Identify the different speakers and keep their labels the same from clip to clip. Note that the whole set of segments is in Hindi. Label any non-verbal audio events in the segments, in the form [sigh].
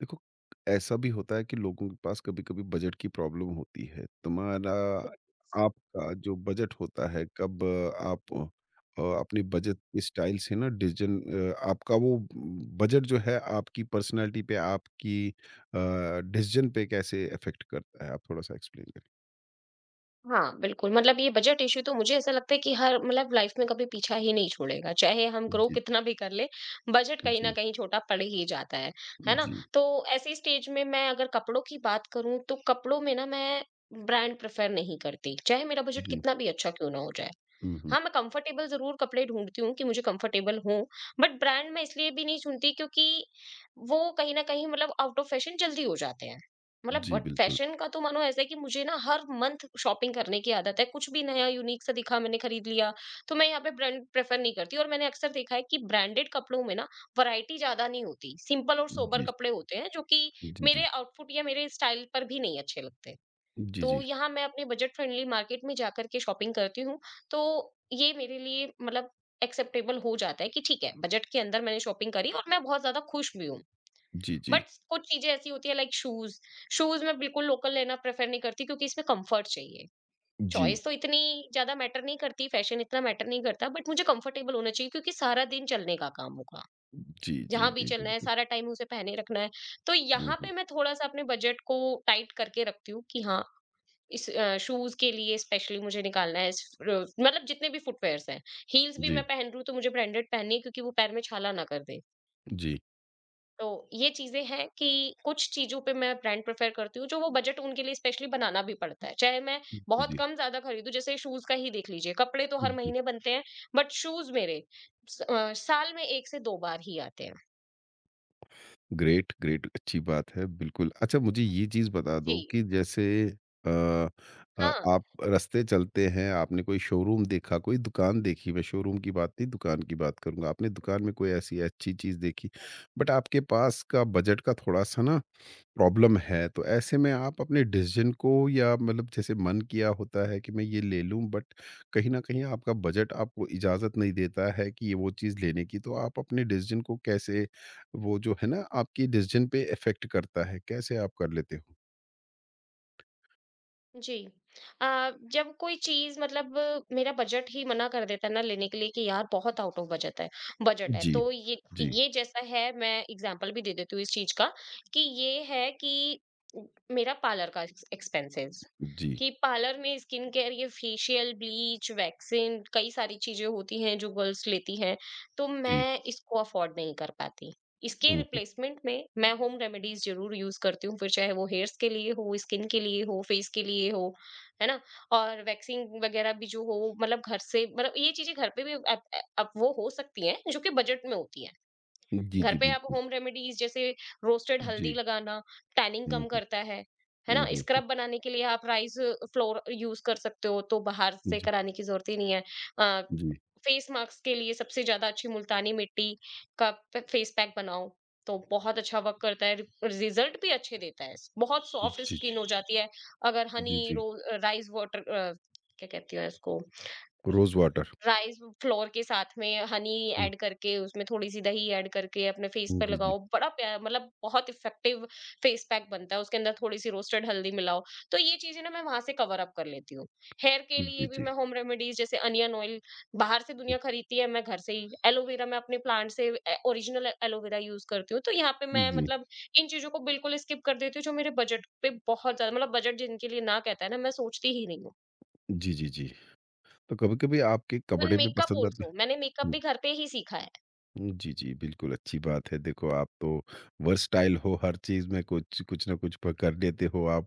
Speaker 1: देखो, ऐसा भी होता है कि लोगों के पास कभी-कभी बजट की प्रॉब्लम होती है। तुम्हारा आपका जो बजट होता है, कब आप अपनी बजट के स्टाइल से ना डिसीज़न आपका वो बजट जो है, आपकी पर्सनैलिटी पे, आपकी डिसीज़न पे कैसे इफ़ेक्ट करता है? आप थोड़ा-सा एक्सप्लेन करें।
Speaker 2: हाँ, बिल्कुल, मतलब ये बजट इश्यू तो मुझे ऐसा लगता है कि हर मतलब लाइफ में कभी पीछा ही नहीं छोड़ेगा, चाहे हम ग्रो
Speaker 1: जी,
Speaker 2: कितना भी कर लें, बजट कहीं न
Speaker 1: जी,
Speaker 2: कहीं छोटा पड़ ही जाता है ना?
Speaker 1: जी,
Speaker 2: तो ऐसी स्टेज में मैं अगर कपड़ों की बात करूँ, तो कपड़ों में ना मैं ब्रांड प्रेफ़र नहीं करती, चाहे मेरा बजट
Speaker 1: जी।
Speaker 2: कितना भी अच्छा क्यों ना हो जाए।
Speaker 1: हुँ, हुँ।
Speaker 2: हाँ, मैं कंफर्टेबल ज़रूर कपड़े ढूँढती हूँ कि मुझे कंफर्टेबल हों, बट ब्रांड मैं इसलिए भी नहीं चुनती क्योंकि वो कहीं न कहीं मतलब आउट ऑफ फैशन जल्दी हो जाते हैं। मतलब
Speaker 1: जी,
Speaker 2: बट
Speaker 1: बिल्कुल।
Speaker 2: फैशन का तो मानो ऐसा है कि मुझे ना हर मंथ शॉपिंग करने की आदत है, कुछ भी नया यूनिक सा दिखा मैंने खरीद लिया, तो मैं यहाँ पे ब्रांड प्रेफ़र नहीं करती और मैंने अक्सर देखा है कि ब्रांडेड कपड़ों में ना वैरायटी ज़्यादा नहीं होती, सिंपल और सोबर
Speaker 1: जी,
Speaker 2: कपड़े होते हैं जो कि
Speaker 1: जी, जी।
Speaker 2: मेरे आउटफिट या मेरे स्टाइल पर भी नहीं अच्छे लगते।
Speaker 1: जी,
Speaker 2: तो
Speaker 1: जी।
Speaker 2: यहाँ मैं अपने बजट फ्रेंडली मार्केट में जाकर के शॉपिंग करती हूँ। तो ये मेरे लिए मतलब एक्सेप्टेबल हो जाता है कि ठीक है, बजट के अंदर मैंने शॉपिंग करी और मैं बहुत ज़्यादा खुश भी हूँ।
Speaker 1: जी,
Speaker 2: बट
Speaker 1: जी।
Speaker 2: कुछ चीज़ें ऐसी होती हैं लाइक शूज़, शूज़ मैं बिल्कुल लोकल लेना प्रेफ़र नहीं करती क्योंकि इसमें कम्फ़र्ट चाहिए।
Speaker 1: जी,
Speaker 2: चॉइस तो इतनी ज़्यादा मैटर नहीं करती, फ़ैशन इतना मैटर नहीं करता बट मुझे कम्फ़र्टेबल होना चाहिए क्योंकि सारा दिन चलने का काम होगा।
Speaker 1: जी, जी,
Speaker 2: जहाँ भी
Speaker 1: जी,
Speaker 2: चलना है,
Speaker 1: बिल्कुल।
Speaker 2: सारा टाइम उसे पहने रखना है। तो
Speaker 1: हुँ,
Speaker 2: यहाँ पे
Speaker 1: हुँ।
Speaker 2: मैं थोड़ा-सा अपने बजट को टाइट करके रखती हूँ कि हाँ, शूज़ के लिए स्पेशली मुझे निकालना है इस र मतलब जितने भी फुटवियर्स हैं। हील्स भी मैं
Speaker 1: जी,
Speaker 2: पहन रही हूँ तो मुझे ब्रांडेड पहननी है क्योंकि वो पैर में छाला ना कर दे।
Speaker 1: जी।
Speaker 2: तो ये चीज़ें हैं कि कुछ चीज़ों पे मैं ब्रांड प्रेफ़र करती हूँ जो वो बजट उनके लिए स्पेशली बनाना भी पड़ता है। चाहे मैं
Speaker 1: जी,
Speaker 2: बहुत
Speaker 1: जी।
Speaker 2: कम ज़्यादा खरीदूँ जैसे शूज़ का ही देख लीजिए, कपड़े तो हर
Speaker 1: जी।
Speaker 2: महीने बनते हैं बट शूज़ मेरे साल में 1 से 2 बार ही आते हैं।
Speaker 1: ग्रेट, ग्रेट अच्छी बात है, बिल्कुल। अच्छा मुझे ये चीज़ बता
Speaker 2: जी।
Speaker 1: दो कि जैसे अ
Speaker 2: हाँ।
Speaker 1: आप रास्ते चलते हैं, आपने कोई शोरूम देखा, कोई दुकान देखी, मैं शोरूम की बात नहीं, दुकान की बात करूँगा। आपने दुकान में कोई ऐसी अच्छी चीज़ देखी, बट आपके पास का बजट का थोड़ा-सा ना प्रॉब्लम है, तो ऐसे में आप अपने डिसीज़न को या मतलब जैसे मन किया होता है कि मैं ये ले लूँ बट कहीं न कहीं आपका बजट आपको इजाज़त नहीं देता है कि ये वो चीज़ लेने की, तो आप अपने डिसीज़न को कैसे वो जो है ना आपकी डिसीज़न पे इफ़ेक्ट करता है, कैसे आप कर लेते हो?
Speaker 2: जी। जब कोई चीज़ मतलब मेरा बजट ही मना कर देता है ना लेने के लिए कि यार बहुत आउट ऑफ बजट है बजट है।
Speaker 1: जी,
Speaker 2: तो ये
Speaker 1: जी,
Speaker 2: ये जैसा है मैं एग्ज़ाम्पल भी दे देती हूँ इस चीज़ का कि ये है कि मेरा पार्लर का एक्सपेंसेस
Speaker 1: जी,
Speaker 2: कि पार्लर में स्किन केयर ये फेशियल, ब्लीच, वैक्सिंग कई सारी चीज़ें होती हैं जो गर्ल्स लेती हैं। तो
Speaker 1: जी।
Speaker 2: मैं इसको अफ़ोर्ड नहीं कर पाती। इसके
Speaker 1: हुँ, हुँ।
Speaker 2: रिप्लेसमेंट में मैं होम रेमेडीज ज़रूर यूज़ करती हूँ, फिर चाहे वो हेयर्स के लिए हो, स्किन के लिए हो, फेस के लिए हो, है ना? और वैक्सिंग वगैरह भी जो हो मतलब घर से मतलब ये चीज़ें घर पे भी अब वो हो सकती हैं, जो कि बजट में होती हैं।
Speaker 1: जी,
Speaker 2: घर
Speaker 1: जी,
Speaker 2: पे आप
Speaker 1: बिल्कुल।
Speaker 2: होम रेमेडीज जैसे रोस्टेड हल्दी
Speaker 1: जी।
Speaker 2: लगाना टैनिंग
Speaker 1: हुँ,
Speaker 2: कम
Speaker 1: हुँ।
Speaker 2: करता है ना?
Speaker 1: हुँ, हुँ, हुँ।
Speaker 2: स्क्रब बनाने के लिए आप राइस फ्लोर यूज कर सकते हो, तो बाहर से
Speaker 1: जी,
Speaker 2: कराने की जरूरत ही नहीं है। आ,
Speaker 1: जी,
Speaker 2: फेस मास्क के लिए सबसे ज्यादा अच्छी मुल्तानी मिट्टी का फेस पैक बनाओ, तो बहुत अच्छा वर्क करता है, रिजल्ट भी अच्छे देता है, बहुत सॉफ्ट
Speaker 1: जी, जी,
Speaker 2: स्किन हो जाती है। अगर हनी
Speaker 1: जी, जी।
Speaker 2: रो राइस वाटर क्या कहती है इसको?
Speaker 1: Rose water.
Speaker 2: राइस फ्लोर के साथ में हनी
Speaker 1: हुँ,
Speaker 2: ऐड करके उसमें थोड़ी सी दही ऐड करके अपने फेस
Speaker 1: हुँ,
Speaker 2: पर
Speaker 1: जी, जी।
Speaker 2: लगाओ, मतलब बहुत इफेक्टिव फेस पैक बनता है, उसके अंदर थोड़ी सी रोस्टेड हल्दी मिलाओ। तो ये चीजें ना मैं वहां से कवर अप कर लेती हूँ। हेयर के
Speaker 1: जी,
Speaker 2: लिए भी
Speaker 1: जी।
Speaker 2: मैं होम रेमेडीज जैसे अनियन ऑयल, बाहर से
Speaker 1: हुँ,
Speaker 2: दुनिया खरीदती है, मैं घर से ही एलोवेरा, मैं अपने प्लांट से ओरिजिनल एलोवेरा यूज करती हूँ। तो यहाँ पे मैं
Speaker 1: जी।
Speaker 2: मतलब इन चीजों को बिल्कुल स्किप कर देती हूँ जो मेरे बजट पे बहुत ज्यादा मतलब बजट जिनके लिए ना कहता है, ना मैं सोचती ही नहीं हूँ।
Speaker 1: जी, जी, जी। तो कभी-कभी आपके
Speaker 2: इवन
Speaker 1: कपड़े भी
Speaker 2: मेकअप
Speaker 1: पसंद आते
Speaker 2: ऑल्सो,
Speaker 1: हैं?
Speaker 2: मैंने मेकअप
Speaker 1: हुँ,
Speaker 2: भी घर पे ही सीखा है।
Speaker 1: हुँ, जी, जी, बिल्कुल अच्छी बात है। देखो आप तो वर्सटाइल हो, हर चीज़ में कुछ कुछ ना कुछ प कर लेते हो आप।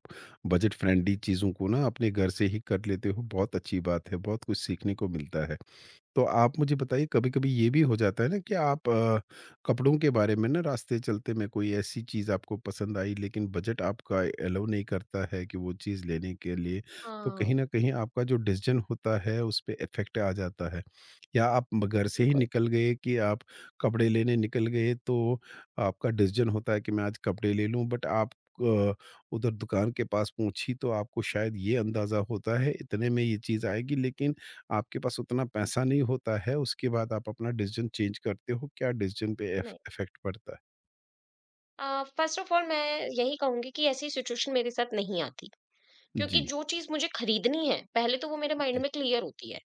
Speaker 1: बजट फ्रेंडली चीज़ों को ना अपने घर से ही कर लेते हो, बहुत अच्छी बात है, बहुत कुछ सीखने को मिलता है। तो आप मुझे बताइए कभी-कभी ये भी हो जाता है ना कि आप कपड़ों के बारे में ना रास्ते चलते में कोई ऐसी चीज़ आपको पसंद आई लेकिन बजट आपका एलाउ नहीं करता है कि वो चीज़ लेने के लिए, तो कहीं
Speaker 2: हाँ,
Speaker 1: न कहीं आपका जो डिसीज़न होता है उस पे इफ़ेक्ट आ जाता है। या आप म घर से ही
Speaker 2: बिल्कुल,
Speaker 1: निकल गए कि आप कपड़े लेने निकल गए तो आपका डिसीज़न होता है कि मैं आज कपड़े ले लूँ बट आप अ, उधर दुकान के पास पहुँची तो आपको शायद ये अंदाज़ा होता है इतने में ये चीज़ आएगी लेकिन आपके पास उतना पैसा नहीं होता है, उसके बाद आप अपना डिसीज़न चेंज करते हो, क्या डिसीज़न पे इफ
Speaker 2: नहीं।
Speaker 1: इफ़ेक्ट पड़ता है?
Speaker 2: फ़र्स्ट ऑफ़ ऑल मैं यही कहूँगी कि ऐसी सिचुएशन मेरे साथ नहीं आती, क्योंकि
Speaker 1: जी,
Speaker 2: जो चीज़ मुझे खरीदनी है, पहले तो वो मेरे माइंड
Speaker 1: जी,
Speaker 2: में क्लियर होती है।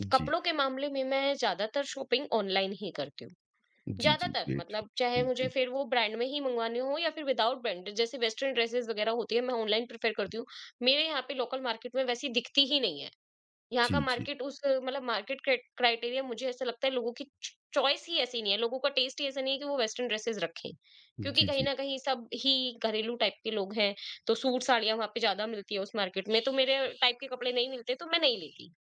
Speaker 1: जी,
Speaker 2: कपड़ों के मामले में मैं ज़्यादातर शॉपिंग ऑनलाइन ही करती हूँ,
Speaker 1: जी, जी,
Speaker 2: ज़्यादातर
Speaker 1: ग्रेट।
Speaker 2: मतलब चाहे मुझे फिर वो ब्रांड में ही मँगवानी हो या फिर विदाउट ब्रांड जैसे वेस्टर्न ड्रेसेज़ वग़ैरह होती है, मैं ऑनलाइन प्रेफ़र करती हूँ। मेरे यहाँ पे लोकल मार्केट में वैसी दिखती ही नहीं है। यहाँ
Speaker 1: जी,
Speaker 2: का
Speaker 1: जी, जी,
Speaker 2: मार्केट उस मतलब मार्केट क्रे क्राइटेरिया मुझे ऐसा लगता है लोगों की च चॉइस ही ऐसी नहीं है, लोगों का टेस्ट ही ऐसा नहीं है कि वो वेस्टर्न ड्रेसेस रखें।
Speaker 1: जी,
Speaker 2: क्योंकि
Speaker 1: जी,
Speaker 2: कहीं
Speaker 1: जी,
Speaker 2: न कहीं सब ही घरेलू टाइप के लोग हैं, तो सूट-साड़ियाँ वहाँ पे ज़्यादा मिलती है उस मार्केट में, तो मेरे टाइप के कपड़े नहीं मिलते, तो मैं नहीं लेती।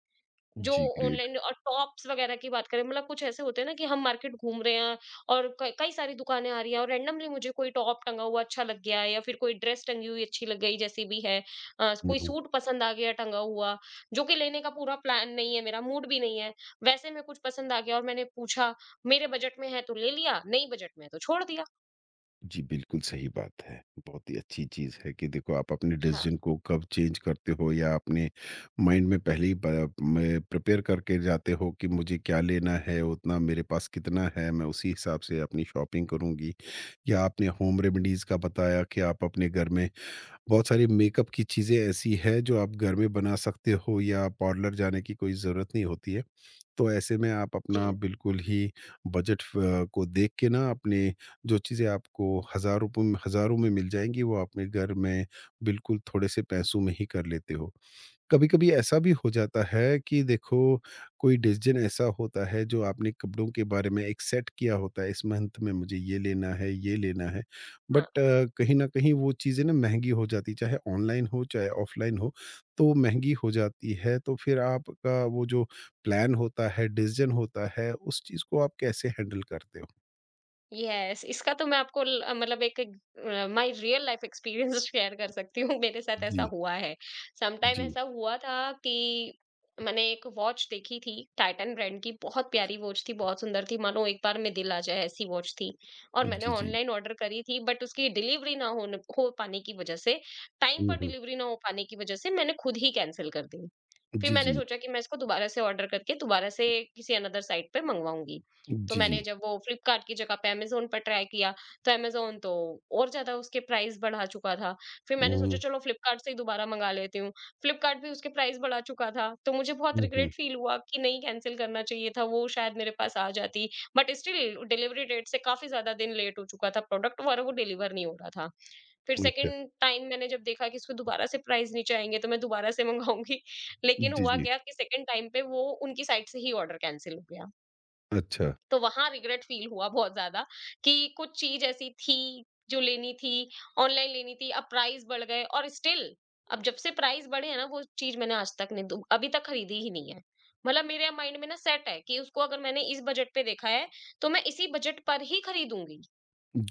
Speaker 2: जो
Speaker 1: जी, ग्रेट।
Speaker 2: ऑनलाइन और टॉप्स वगैरह की बात करें, मतलब कुछ ऐसे होते हैं ना कि हम मार्केट घूम रहे हैं और कई सारी दुकानें आ रही हैं और रैंडमली मुझे कोई टॉप टंगा हुआ अच्छा लग गया या फिर कोई ड्रेस टंगी हुई अच्छी लग गई जैसी भी है,
Speaker 1: हुँ,
Speaker 2: कोई
Speaker 1: हुँ।
Speaker 2: सूट पसंद आ गया टंगा हुआ, जो कि लेने का पूरा प्लान नहीं है, मेरा मूड भी नहीं है, वैसे में कुछ पसंद आ गया और मैंने पूछा, मेरे बजट में है तो ले लिया, नहीं बजट में है तो छोड़ दिया।
Speaker 1: जी, बिल्कुल सही बात है। बहुत ही अच्छी चीज़ है कि देखो आप अपने
Speaker 2: हाँ।
Speaker 1: डिसीज़न को कब चेंज करते हो या अपने माइंड में पहले ही प में प्रिपेयर करके जाते हो कि मुझे क्या लेना है, उतना मेरे पास कितना है, मैं उसी हिसाब से अपनी शॉपिंग करूँगी। या आपने होम रेमेडीज़ का बताया कि आप अपने घर में बहुत सारी मेकअप की चीज़ें ऐसी हैं जो आप घर में बना सकते हो या पार्लर जाने की कोई ज़रूरत नहीं होती है। तो ऐसे में आप अपना
Speaker 2: जी।
Speaker 1: बिल्कुल ही बजट को देख के ना अपने जो चीज़ें आपको हज़ार रुपयों में हज़ारों में मिल जाएँगी वो अपने घर में बिल्कुल थोड़े से पैसों में ही कर लेते हो। कभी-कभी ऐसा भी हो जाता है कि देखो कोई डिसीज़न ऐसा होता है जो आपने कपड़ों के बारे में एक सेट किया होता है, इस मंथ में मुझे ये लेना है, ये लेना है।
Speaker 2: हाँ।
Speaker 1: बट कहीं न कहीं वो चीज़ें ना महँगी हो जाती है, चाहे ऑनलाइन हो, चाहे ऑफ़लाइन हो, तो महँगी हो जाती है। तो फिर आपका वो जो प्लान होता है, डिसीज़न होता है, उस चीज़ को आप कैसे हैंडल करते हो?
Speaker 2: यस, इसका तो मैं आपको मतलब एक my real life experience share [laughs] कर सकती हूँ, मेरे साथ ऐसा
Speaker 1: जी,
Speaker 2: हुआ है। समटाइम
Speaker 1: जी,
Speaker 2: ऐसा हुआ था कि मैंने एक वॉच देखी थी, टाइटन ब्रांड की, बहुत प्यारी वॉच थी, बहुत सुंदर थी, मानो एक बार में दिल आ जाए ऐसी वॉच थी। और मैंने
Speaker 1: जी, जी।
Speaker 2: ऑनलाइन ऑर्डर करी थी, बट उसकी डिलीवरी ना हो पाने की वजह से टाइम
Speaker 1: हुँ,
Speaker 2: पर
Speaker 1: हुँ।
Speaker 2: डिलीवरी ना हो पाने की वजह से मैंने खुद ही कैंसिल कर दी। फिर
Speaker 1: जी,
Speaker 2: मैंने
Speaker 1: जी,
Speaker 2: सोचा कि मैं इसको दोबारा से ऑर्डर करके दोबारा से किसी अनदर साइट पे मंगवाऊंगी। तो
Speaker 1: जी,
Speaker 2: मैंने
Speaker 1: जी।
Speaker 2: जब वो फ्लिपकार्ट की जगह पे अमेज़न पर ट्राई किया, तो अमेज़न तो और ज़्यादा उसके प्राइस बढ़ा चुका था। फिर
Speaker 1: हुँ,
Speaker 2: मैंने सोचा
Speaker 1: हुँ,
Speaker 2: चलो फ्लिपकार्ट से ही दोबारा मंगा लेती हूँ। फ्लिपकार्ट भी उसके प्राइस बढ़ा चुका था। तो मुझे बहुत
Speaker 1: हुँ, हुँ।
Speaker 2: रिग्रेट फील हुआ कि नहीं कैंसल करना चाहिए था, वो शायद मेरे पास आ जाती। बट स्टिल डिलीवरी डेट से काफ़ी ज़्यादा दिन लेट हो चुका था प्रोडक्ट और वो डिलीवर नहीं हो रहा था। फिर
Speaker 1: अच्छा,
Speaker 2: सेकंड टाइम मैंने जब देखा कि इसको दोबारा से प्राइस नीचे आएँगे तो मैं दोबारा से मँगाऊँगी। [laughs] लेकिन
Speaker 1: जी,
Speaker 2: हुआ
Speaker 1: जी।
Speaker 2: क्या कि सेकंड टाइम पे वो उनकी साइड से ही ऑर्डर कैंसल हो गया।
Speaker 1: अच्छा।
Speaker 2: तो वहाँ रिग्रेट फ़ील हुआ बहुत ज़्यादा कि कुछ चीज़ ऐसी थी, जो लेनी थी, ऑनलाइन लेनी थी, अब प्राइस बढ़ गए और स्टिल अब जब से प्राइस बढ़े हैं ना वो चीज़ मैंने आज तक नहीं दु अभी तक खरीदी ही नहीं है। मतलब मेरे माइंड में ना सेट है कि उसको अगर मैंने इस बजट पे देखा है, तो मैं इसी बजट पर ही खरीदूँगी।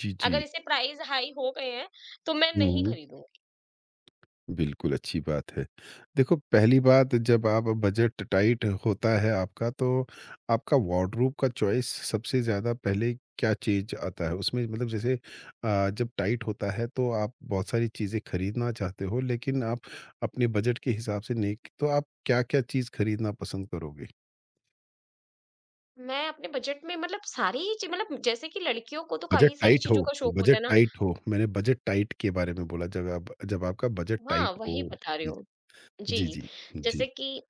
Speaker 1: जी,
Speaker 2: अगर
Speaker 1: जी।
Speaker 2: इससे प्राइस हाई हो गए हैं, तो मैं
Speaker 1: हुँ,
Speaker 2: नहीं
Speaker 1: हुँ।
Speaker 2: खरीदूँगी।
Speaker 1: बिल्कुल, अच्छी बात है। देखो पहली बात जब आप बजट टाइट होता है आपका तो आपका वार्डरोब का चॉइस सबसे ज़्यादा पहले क्या चीज़ आता है? उसमें मतलब जैसे जब टाइट होता है तो आप बहुत सारी चीज़ें खरीदना चाहते हो लेकिन आप अपने बजट के हिसाब से नहीं तो आप क्या-क्या चीज़ खरीदना पसंद करोगे?
Speaker 2: मैं अपने बजट में मतलब सारी ही चीज़ मतलब जैसे कि लड़कियों को तो
Speaker 1: बजट
Speaker 2: काफ़ी सारी
Speaker 1: टाइट हो
Speaker 2: चीज़ों का शौक होता
Speaker 1: बजट
Speaker 2: है ना,
Speaker 1: टाइट हो, मैंने बजट टाइट के बारे में बोला जब आप जब आपका बजट
Speaker 2: हाँ,
Speaker 1: टाइट हो।
Speaker 2: वही बता रही हूँ।
Speaker 1: जी,
Speaker 2: जी,
Speaker 1: जी, जी।
Speaker 2: जैसे
Speaker 1: जी,
Speaker 2: कि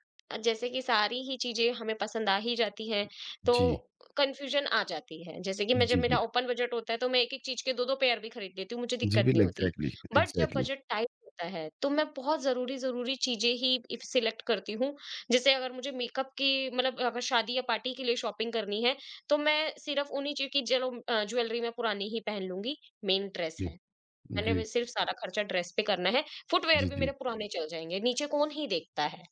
Speaker 2: जैसे कि सारी ही चीज़ें हमें पसंद आ ही जाती हैं, तो
Speaker 1: जी।
Speaker 2: कन्फ्यूज़न आ जाती है। जैसे कि मैं, जब
Speaker 1: जी, जी।
Speaker 2: मेरा ओपन बजट होता है, तो मैं एक-एक चीज़ के 2-2 पेयर भी खरीद लेती हूँ, मुझे
Speaker 1: जी,
Speaker 2: दिक्कत
Speaker 1: बिल
Speaker 2: नहीं होती।
Speaker 1: एग्ज़ैक्टली,
Speaker 2: बट जब
Speaker 1: एग्ज़ैक्टली।
Speaker 2: बजट टाइट होता है, तो मैं बहुत ज़रूरी-ज़रूरी चीज़ें ही इफ सिलेक्ट करती हूँ। जैसे अगर मुझे मेकअप की मतलब अगर शादी या पार्टी के लिए शॉपिंग करनी है, तो मैं सिर्फ़ उन्हीं चीज़ की चलो ज्वेलरी मैं पुरानी ही पहन लूँगी, मेन ड्रेस
Speaker 1: जी,
Speaker 2: है। मैंने
Speaker 1: जी,
Speaker 2: भी सिर्फ सारा खर्चा ड्रेस पे करना है, फुटवियर
Speaker 1: जी,
Speaker 2: भी
Speaker 1: जी।
Speaker 2: मेरे पुराने चल जाएँगे, नीचे कौन ही देखता है?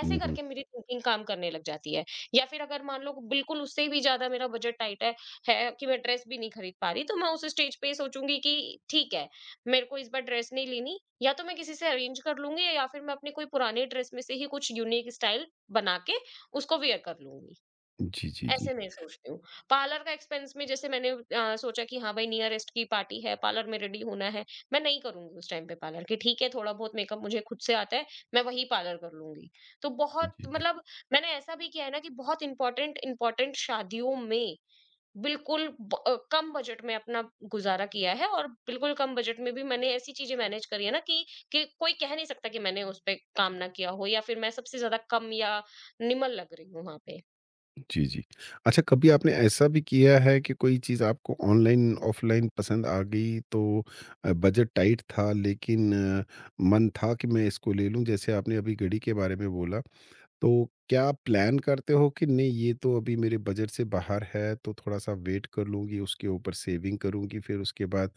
Speaker 2: ऐसे
Speaker 1: हुँ, हुँ।
Speaker 2: करके मेरी थिंकिंग काम करने लग जाती है। या फिर अगर मान लो बिल्कुल उससे भी ज़्यादा मेरा बजट टाइट है कि मैं ड्रेस भी नहीं खरीद पा रही, तो मैं उस स्टेज पे ये सोचूँगी कि ठीक है, मेरे को इस बार ड्रेस नहीं लेनी, या तो मैं किसी से अरेंज कर लूँगी या फिर मैं अपनी कोई पुरानी ड्रेस में से ही कुछ यूनिक स्टाइल बना के उसको वियर कर लूँगी।
Speaker 1: जी, जी, जी।
Speaker 2: ऐसे मैं सोचती हूँ। पार्लर का एक्सपेंस में जैसे मैंने सोचा कि हाँ भाई, नियरेस्ट की पार्टी है, पार्लर में रेडी होना है। मैं नहीं करूँगी उस टाइम पे पार्लर, कि ठीक है थोड़ा बहुत मेकअप मुझे खुद से आता है, मैं वही पार्लर कर लूँगी। तो बहुत
Speaker 1: जी, जी।
Speaker 2: मतलब मैंने ऐसा भी किया है ना कि बहुत इम्पोर्टेंट इम्पोर्टेंट शादियों में बिल्कुल कम बजट में अपना गुज़ारा किया है और बिल्कुल कम बजट में भी मैंने ऐसी चीज़ें मैनेज करी है ना कि कोई कह नहीं सकता कि मैंने उस पे काम ना किया हो या फिर मैं सबसे ज़्यादा कम या निमल लग रही हूँ वहाँ पे।
Speaker 1: जी, जी। अच्छा कभी आपने ऐसा भी किया है कि कोई चीज़ आपको ऑनलाइन, ऑफ़लाइन पसंद आ गई तो बजट टाइट था लेकिन अ, मन था कि मैं इसको ले लूँ? जैसे आपने अभी घड़ी के बारे में बोला तो क्या आप प्लान करते हो कि नहीं ये तो अभी मेरे बजट से बाहर है तो थोड़ा सा वेट कर लूँगी, उसके ऊपर सेविंग करूँगी, फिर उसके बाद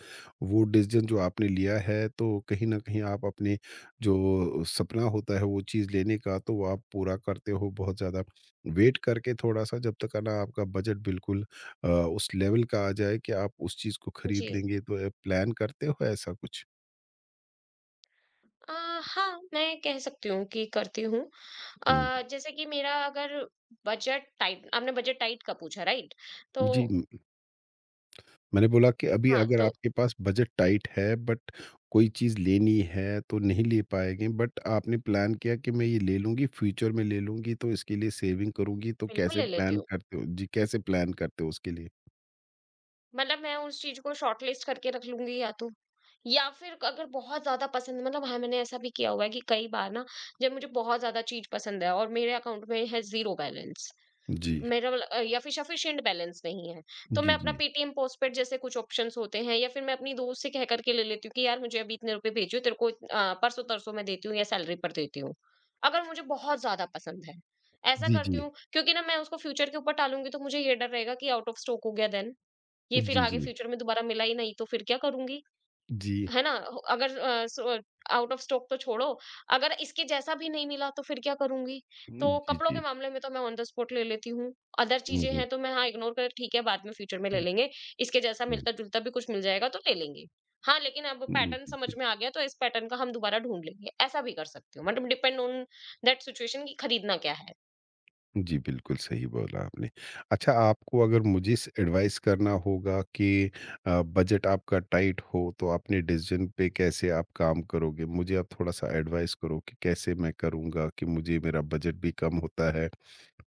Speaker 1: वो डिसीज़न जो आपने लिया है तो कहीं न कहीं आप अपने जो सपना होता है वो चीज़ लेने का तो वो आप पूरा करते हो बहुत ज़्यादा। वेट करके थोड़ा-सा जब तक है ना आपका बजट बिल्कुल उस लेवल का आ जाए कि आप उस चीज़ को खरीद
Speaker 2: जी।
Speaker 1: लेंगे, तो प्लान करते हो ऐसा कुछ?
Speaker 2: अ, हाँ, मैं कह सकती हूँ कि करती हूँ।
Speaker 1: हुँ।
Speaker 2: जैसे कि मेरा अगर बजट टाइट, आपने बजट टाइट का पूछा राइट? तो
Speaker 1: जी। मैंने बोला कि अभी
Speaker 2: हाँ,
Speaker 1: अगर
Speaker 2: तो
Speaker 1: आपके पास बजट टाइट है बट कोई चीज़ लेनी है तो नहीं ले पाएँगे बट आपने प्लान किया कि मैं ये ले लूँगी, फ्यूचर में ले लूँगी तो इसके लिए सेविंग करूँगी तो
Speaker 2: बिल्कुल
Speaker 1: कैसे
Speaker 2: ले लेती
Speaker 1: प्लान
Speaker 2: हूँ।
Speaker 1: करते हो? जी, कैसे प्लान करते हो उसके लिए?
Speaker 2: मतलब मैं उस चीज़ को शॉर्टलिस्ट करके रख लूँगी, या तो या फिर अगर बहुत ज़्यादा पसंद, मतलब हाँ, मैंने ऐसा भी किया हुआ है कि कई बार ना, जब मुझे बहुत ज़्यादा चीज़ पसंद है और मेरे अकाउंट में है 0 बैलेंस
Speaker 1: जी।
Speaker 2: मेरा वाला, या फिर सफिशिएंट बैलेंस नहीं है, तो मैं
Speaker 1: जी,
Speaker 2: अपना
Speaker 1: जी।
Speaker 2: पेटीएम पोस्टपेड जैसे कुछ ऑप्शंस होते हैं या फिर मैं अपनी दोस्त से कह करके ले लेती हूँ कि यार मुझे अभी इतने रुपए भेजो, तेरे को परसों तरसों मैं देती हूँ या सैलरी पर देती हूँ, अगर मुझे बहुत ज्यादा पसंद है। ऐसा
Speaker 1: जी,
Speaker 2: करती
Speaker 1: जी।
Speaker 2: हूँ, क्योंकि ना मैं उसको फ्यूचर के ऊपर टालूंगी तो मुझे ये डर रहेगा कि आउट ऑफ स्टॉक हो गया, देन ये फिर
Speaker 1: जी,
Speaker 2: आगे
Speaker 1: जी।
Speaker 2: फ्यूचर में दोबारा मिला ही नहीं तो फिर क्या करूंगी।
Speaker 1: जी।
Speaker 2: है ना? हो अगर uh, so out of stock तो छोड़ो, अगर इसके जैसा भी नहीं मिला तो फिर क्या करूँगी? तो
Speaker 1: जी,
Speaker 2: कपड़ों के
Speaker 1: जी।
Speaker 2: मामले में तो मैं ऑन द स्पॉट ले लेती हूँ। अदर
Speaker 1: हुँ,
Speaker 2: चीज़ें
Speaker 1: हुँ।
Speaker 2: हैं तो मैं, हाँ, इग्नोर कर, ठीक है बाद में फ्यूचर में ले
Speaker 1: हुँ,
Speaker 2: लेंगे, इसके जैसा
Speaker 1: हुँ।
Speaker 2: मिलता-जुलता भी कुछ मिल जाएगा तो ले लेंगे। हाँ, लेकिन अब
Speaker 1: हुँ,
Speaker 2: पैटर्न
Speaker 1: जी,
Speaker 2: समझ
Speaker 1: जी।
Speaker 2: में आ गया तो इस पैटर्न का हम दोबारा ढूँढ लेंगे, ऐसा भी कर सकती हूँ। मतलब डिपेंड ऑन दैट सिचुएशन कि खरीदना क्या है।
Speaker 1: जी, बिल्कुल सही बोला आपने। अच्छा आपको अगर मुझे स एडवाइस करना होगा कि बजट आपका टाइट हो तो अपने डिसीज़न पे कैसे आप काम करोगे? मुझे आप थोड़ा-सा एडवाइस करो कि कैसे मैं करूँगा कि मुझे मेरा बजट भी कम होता है,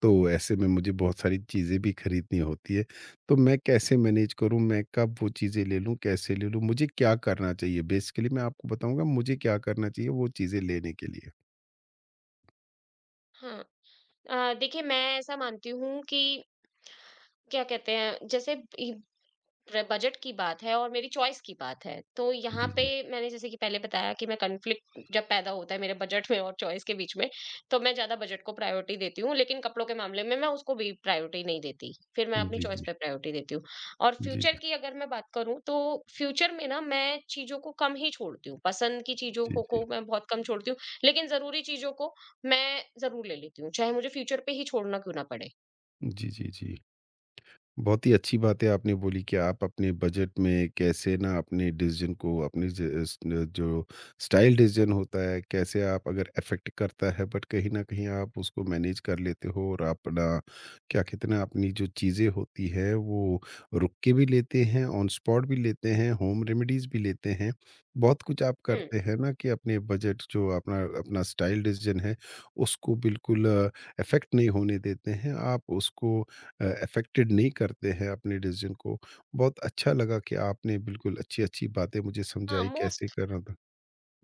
Speaker 1: तो ऐसे में मुझे बहुत सारी चीज़ें भी खरीदनी होती है। तो मैं कैसे मैनेज करूँ? मैं कब वो चीज़ें ले लूँ, कैसे ले लूँ? मुझे क्या करना चाहिए? बेसिकली मैं आपको बताऊँगा मुझे क्या करना चाहिए वो चीज़ें लेने के लिए?
Speaker 2: हाँ। देखिए, मैं ऐसा मानती हूँ कि क्या कहते हैं, जैसे इ रे बजट की बात है और मेरी चॉइस की बात है। तो यहाँ
Speaker 1: जी,
Speaker 2: पे
Speaker 1: जी।
Speaker 2: मैंने जैसे कि पहले बताया कि मैं कॉन्फ्लिक्ट जब पैदा होता है मेरे बजट में और चॉइस के बीच में, तो मैं ज़्यादा बजट को प्रायोरिटी देती हूँ, लेकिन कपड़ों के मामले में मैं उसको भी प्रायोरिटी नहीं देती। फिर मैं अपनी
Speaker 1: जी,
Speaker 2: चॉइस
Speaker 1: जी।
Speaker 2: पे प्रायोरिटी देती हूँ। और
Speaker 1: जी,
Speaker 2: फ्यूचर
Speaker 1: जी।
Speaker 2: की अगर मैं बात करूँ, तो फ्यूचर में ना मैं चीज़ों को कम ही छोड़ती हूँ। पसंद की चीज़ों
Speaker 1: जी,
Speaker 2: को
Speaker 1: जी।
Speaker 2: को मैं बहुत कम छोड़ती हूँ, लेकिन ज़रूरी चीज़ों को मैं ज़रूर ले लेती हूँ, चाहे मुझे फ्यूचर पे ही छोड़ना क्यों ना पड़े।
Speaker 1: जी, जी, जी। बहुत ही अच्छी बात है आपने बोली कि आप अपने बजट में कैसे ना अपने डिसीजन को अपने ज- इस न- जो स्टाइल डिसीजन होता है कैसे आप अगर अफेक्ट करता है बट कहीं ना कहीं आप उसको मैनेज कर लेते हो और अपना क्या कहते हैं ना, अपनी जो चीज़ें होती है वो रुक के भी लेते हैं ऑन स्पॉट भी लेते हैं होम रेमेडीज भी लेते हैं बहुत कुछ आप
Speaker 2: हुँ।
Speaker 1: करते हैं ना कि अपने बजट जो अपना अपना स्टाइल डिसीजन है उसको बिल्कुल अफेक्ट नहीं होने देते हैं आप उसको अफेक्टेड नहीं करते हैं अपने डिसीजन को। बहुत अच्छा लगा कि आपने बिल्कुल अच्छी-अच्छी बातें मुझे
Speaker 2: हाँ,
Speaker 1: समझाई कैसे
Speaker 2: मोस्ट
Speaker 1: करना था।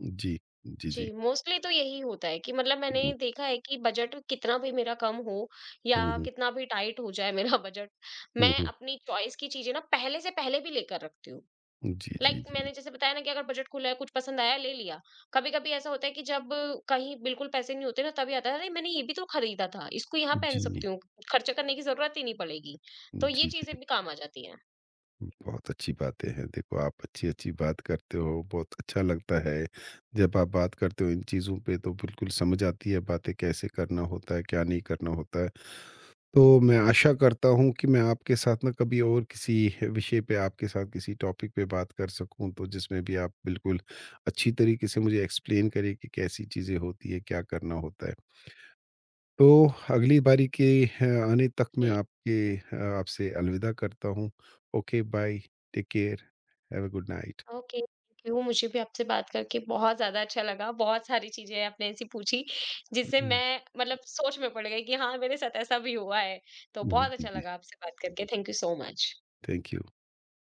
Speaker 1: जी, जी, जी।
Speaker 2: जी, मोस्टली तो यही होता है कि मतलब मैंने
Speaker 1: हुँ,
Speaker 2: देखा है कि बजट कितना भी मेरा कम हो या
Speaker 1: हुँ, हुँ,
Speaker 2: कितना भी टाइट हो जाए मेरा [laughs] बजट,
Speaker 1: हुँ,
Speaker 2: मैं
Speaker 1: हुँ।
Speaker 2: अपनी चॉइस की चीजें ना पहले से पहले भी लेकर रखती हूँ।
Speaker 1: जी,
Speaker 2: लाइक
Speaker 1: जी,
Speaker 2: like,
Speaker 1: जी।
Speaker 2: मैंने जैसे बताया ना कि अगर बजट खुला है, कुछ पसंद आया, ले लिया। कभी-कभी ऐसा होता है कि जब कहीं बिल्कुल पैसे नहीं होते ना, तभी आता है, अरे मैंने ये भी तो खरीदा था, इसको यहाँ पहन
Speaker 1: जी,
Speaker 2: सकती हूँ, खर्चा करने की जरूरत ही नहीं पड़ेगी। तो ये
Speaker 1: जी,
Speaker 2: चीजें
Speaker 1: जी।
Speaker 2: भी काम आ जाती
Speaker 1: बहुत अच्छी बातें हैं। देखो, आप अच्छी-अच्छी बात करते हो, बहुत अच्छा लगता है। जब आप बात करते हो इन चीज़ों पे तो बिल्कुल समझ आती है बातें कैसे करना होता है, क्या नहीं करना होता है। तो मैं आशा करता हूँ कि मैं आपके साथ ना कभी और किसी विषय पे, आपके साथ किसी टॉपिक पे बात कर सकूँ, तो जिसमें भी आप बिल्कुल अच्छी तरीके से मुझे एक्सप्लेन करें कि कैसी चीज़ें होती हैं, क्या करना होता है। तो अगली बारी के आने तक मैं
Speaker 2: हैं।
Speaker 1: आपके आपसे अलविदा करता हूँ। Okay bye, take care, have a good night.
Speaker 2: Okay, thank you, मुझे भी आपसे बात करके बहुत ज्यादा अच्छा लगा। बहुत सारी चीजें आपने ऐसी पूछी जिससे
Speaker 1: हुँ,
Speaker 2: मैं मतलब सोच में पड़ गई कि हाँ मेरे साथ ऐसा भी हुआ है, तो
Speaker 1: हुँ।
Speaker 2: बहुत
Speaker 1: जी,
Speaker 2: अच्छा
Speaker 1: जी।
Speaker 2: लगा आपसे बात करके। Thank you so much.
Speaker 1: Thank you.